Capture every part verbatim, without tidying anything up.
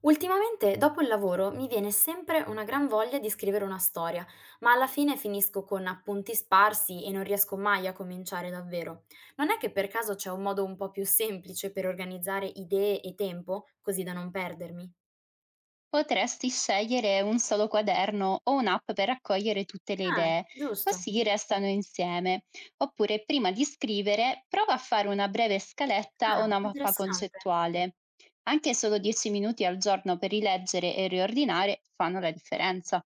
Ultimamente, dopo il lavoro, mi viene sempre una gran voglia di scrivere una storia, ma alla fine finisco con appunti sparsi e non riesco mai a cominciare davvero. Non è che per caso c'è un modo un po' più semplice per organizzare idee e tempo, così da non perdermi? Potresti scegliere un solo quaderno o un'app per raccogliere tutte le Ah, idee, giusto. così restano insieme. Oppure prima di scrivere, prova a fare una breve scaletta Ah, o una mappa interessante. concettuale. Anche solo dieci minuti al giorno per rileggere e riordinare fanno la differenza.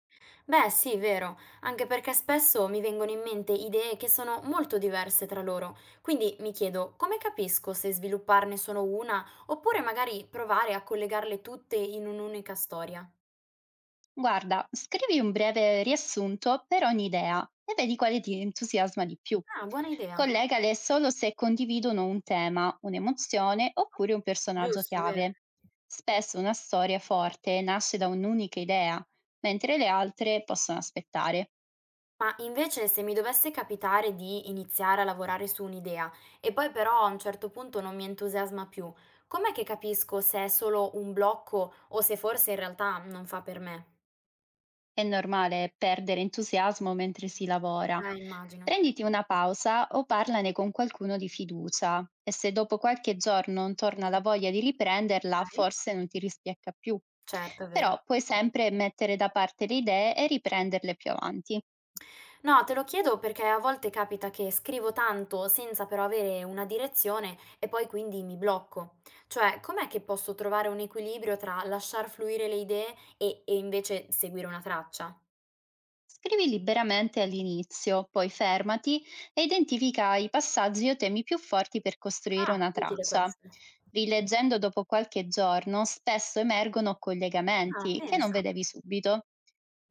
Beh, sì, vero, anche perché spesso mi vengono in mente idee che sono molto diverse tra loro, quindi mi chiedo come capisco se svilupparne solo una oppure magari provare a collegarle tutte in un'unica storia. Guarda, scrivi un breve riassunto per ogni idea e vedi quale ti entusiasma di più. Ah, buona idea. Collegale solo se condividono un tema, un'emozione oppure un personaggio Giusto, vero. chiave. Spesso una storia forte nasce da un'unica idea, mentre le altre possono aspettare. Ma invece se mi dovesse capitare di iniziare a lavorare su un'idea e poi però a un certo punto non mi entusiasma più, com'è che capisco se è solo un blocco o se forse in realtà non fa per me? È normale perdere entusiasmo mentre si lavora. Eh, immagino. Prenditi una pausa o parlane con qualcuno di fiducia e se dopo qualche giorno non torna la voglia di Ok. riprenderla, forse non ti rispiacca più. Certo, è vero. Però puoi sempre mettere da parte le idee e riprenderle più avanti. No, te lo chiedo perché a volte capita che scrivo tanto senza però avere una direzione e poi quindi mi blocco. Cioè, com'è che posso trovare un equilibrio tra lasciar fluire le idee e, e invece seguire una traccia? Scrivi liberamente all'inizio, poi fermati e identifica i passaggi o temi più forti per costruire Ah, una utile traccia. questo. Rileggendo dopo qualche giorno, spesso emergono Ah, collegamenti che non pensa. vedevi subito.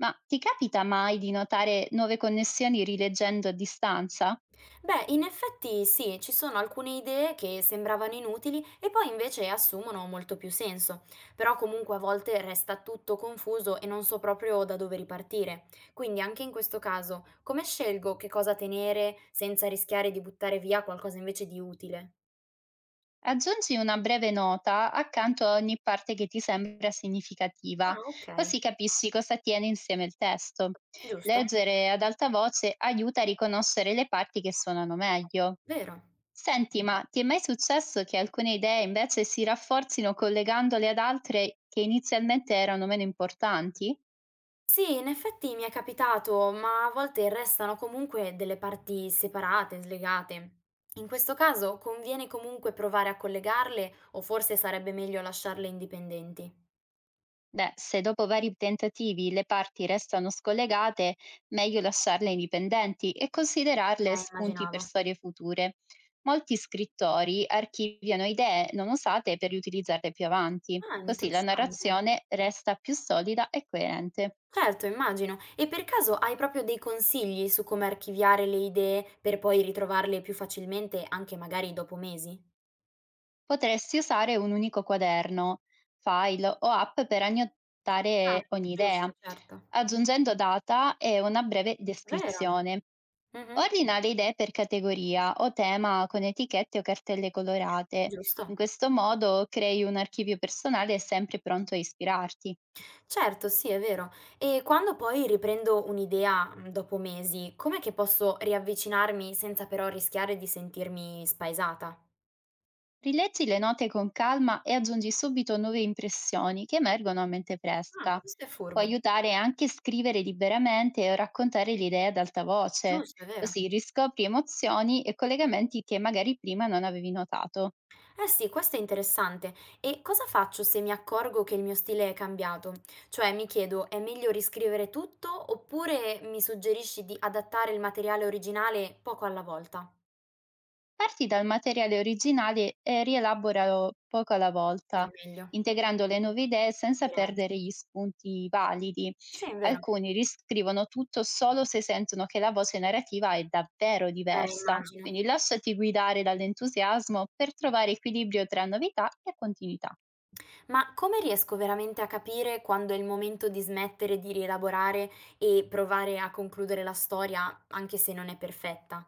Ma ti capita mai di notare nuove connessioni rileggendo a distanza? Beh, in effetti sì, ci sono alcune idee che sembravano inutili e poi invece assumono molto più senso, però comunque a volte resta tutto confuso e non so proprio da dove ripartire. Quindi anche in questo caso, come scelgo che cosa tenere senza rischiare di buttare via qualcosa invece di utile? Aggiungi una breve nota accanto a ogni parte che ti sembra significativa, Ah, ok, così capisci cosa tiene insieme il testo. giusto, Leggere ad alta voce aiuta a riconoscere le parti che suonano meglio. vero. Senti, ma ti è mai successo che alcune idee invece si rafforzino collegandole ad altre che inizialmente erano meno importanti? Sì, in effetti mi è capitato, ma a volte restano comunque delle parti separate, slegate. In questo caso conviene comunque provare a collegarle o forse sarebbe meglio lasciarle indipendenti? Beh, se dopo vari tentativi le parti restano scollegate, meglio lasciarle indipendenti e considerarle Eh, spunti per immaginavo. storie future. Molti scrittori archiviano idee non usate per riutilizzarle più avanti, Ah, così la interessante. narrazione resta più solida e coerente. Certo, immagino. E per caso hai proprio dei consigli su come archiviare le idee per poi ritrovarle più facilmente, anche magari dopo mesi? Potresti usare un unico quaderno, file o app per Ah, annotare ogni giusto, idea, certo. aggiungendo data e una breve Vero? descrizione. Mhm, Ordina le idee per categoria o tema con etichette o cartelle colorate. In giusto. questo modo crei un archivio personale sempre pronto a ispirarti. Certo, sì, è vero. E quando poi riprendo un'idea mm, dopo mesi, com'è che posso riavvicinarmi senza però rischiare di sentirmi spaesata? Rileggi le note con calma e aggiungi subito nuove impressioni che emergono a mente Ah, fresca. questo è Può furbo. aiutare anche scrivere liberamente o raccontare l'idea ad alta voce, Giusto, è vero. così riscopri emozioni e collegamenti che magari prima non avevi notato. Eh sì, questo è interessante. E cosa faccio se mi accorgo che il mio stile è cambiato? Cioè, mi chiedo, è meglio riscrivere tutto oppure mi suggerisci di adattare il materiale originale poco alla volta? Parti dal materiale originale e rielaboralo poco alla Sì, volta, meglio, integrando le nuove idee senza direi. perdere gli spunti validi. Sì, è vero. Alcuni riscrivono tutto solo se sentono che la voce narrativa è davvero Eh, diversa. immagino. Quindi lasciati guidare dall'entusiasmo per trovare equilibrio tra novità e continuità. Ma come riesco veramente a capire quando è il momento di smettere di rielaborare e provare a concludere la storia, anche se non è perfetta?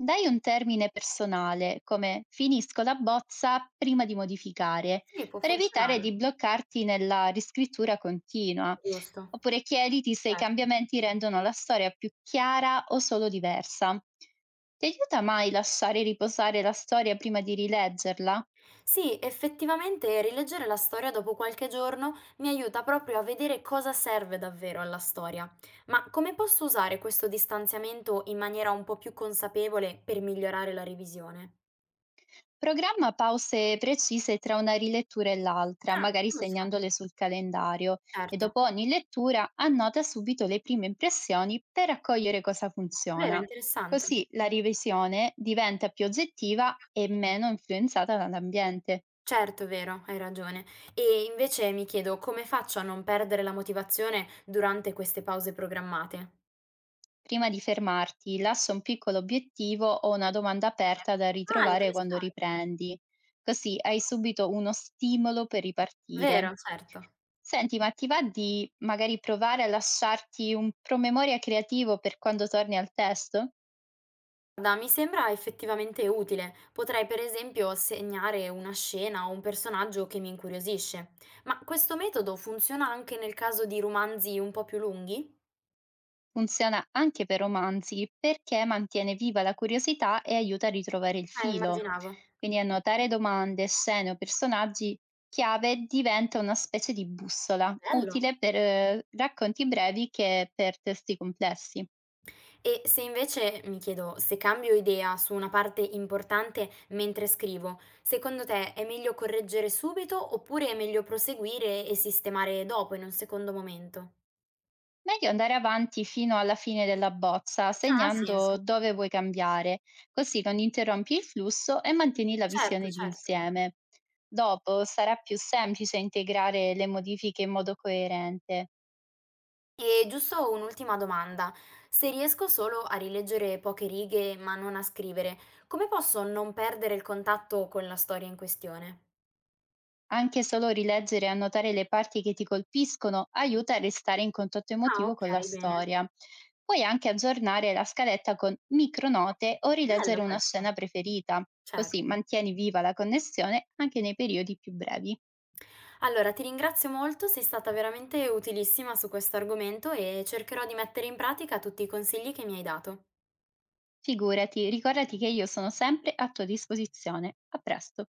Dai un termine personale, come finisco la bozza prima di modificare, Sì, può per evitare funzionare, di bloccarti nella riscrittura continua. giusto? Oppure chiediti se i Certo. cambiamenti rendono la storia più chiara o solo diversa. Ti aiuta mai lasciare riposare la storia prima di rileggerla? Sì, effettivamente rileggere la storia dopo qualche giorno mi aiuta proprio a vedere cosa serve davvero alla storia. Ma come posso usare questo distanziamento in maniera un po' più consapevole per migliorare la rivisione? Programma pause precise tra una rilettura e l'altra, Ah, magari giusto, segnandole sul calendario, e certo. dopo ogni lettura annota subito le prime impressioni per raccogliere cosa Vero, funziona. interessante. Così la revisione diventa più oggettiva e meno influenzata dall'ambiente. Certo, è vero, hai ragione. E invece mi chiedo come faccio a non perdere la motivazione durante queste pause programmate? Prima di fermarti, lassa un piccolo obiettivo o una domanda aperta da Ah, ritrovare quando interessante. riprendi, così hai subito uno stimolo per Vero, ripartire. certo. Senti, ma ti va di magari provare a lasciarti un promemoria creativo per quando torni al testo? Guarda, mi sembra effettivamente utile. Potrei, per esempio, segnare una scena o un personaggio che mi incuriosisce. Ma questo metodo funziona anche nel caso di romanzi un po' più lunghi? Funziona anche per romanzi perché mantiene viva la curiosità e aiuta a ritrovare il Eh, filo. immaginavo. Quindi annotare domande, scene o personaggi chiave diventa una specie di bussola, Bello. utile per eh, racconti brevi che per testi complessi. E se invece, mi chiedo, se cambio idea su una parte importante mentre scrivo, secondo te è meglio correggere subito oppure è meglio proseguire e sistemare dopo, in un secondo momento? Meglio andare avanti fino alla fine della bozza, Ah, ha segnando senso. dove vuoi cambiare, così non interrompi il flusso e mantieni la Certo, visione certo. d'insieme. Dopo sarà più semplice integrare le modifiche in modo coerente. E giusto un'ultima domanda. Se riesco solo a rileggere poche righe ma non a scrivere, come posso non perdere il contatto con la storia in questione? Anche solo rileggere e annotare le parti che ti colpiscono aiuta a restare in contatto Ah, emotivo ok, con la bene. storia. Puoi anche aggiornare la scaletta con micronote o Bello rileggere una questo, scena preferita, così certo. mantieni viva la connessione anche nei periodi più brevi. Allora, ti ringrazio molto, sei stata veramente utilissima su questo argomento e cercherò di mettere in pratica tutti i consigli che mi hai dato. Figurati, ricordati che io sono sempre a tua disposizione. A presto!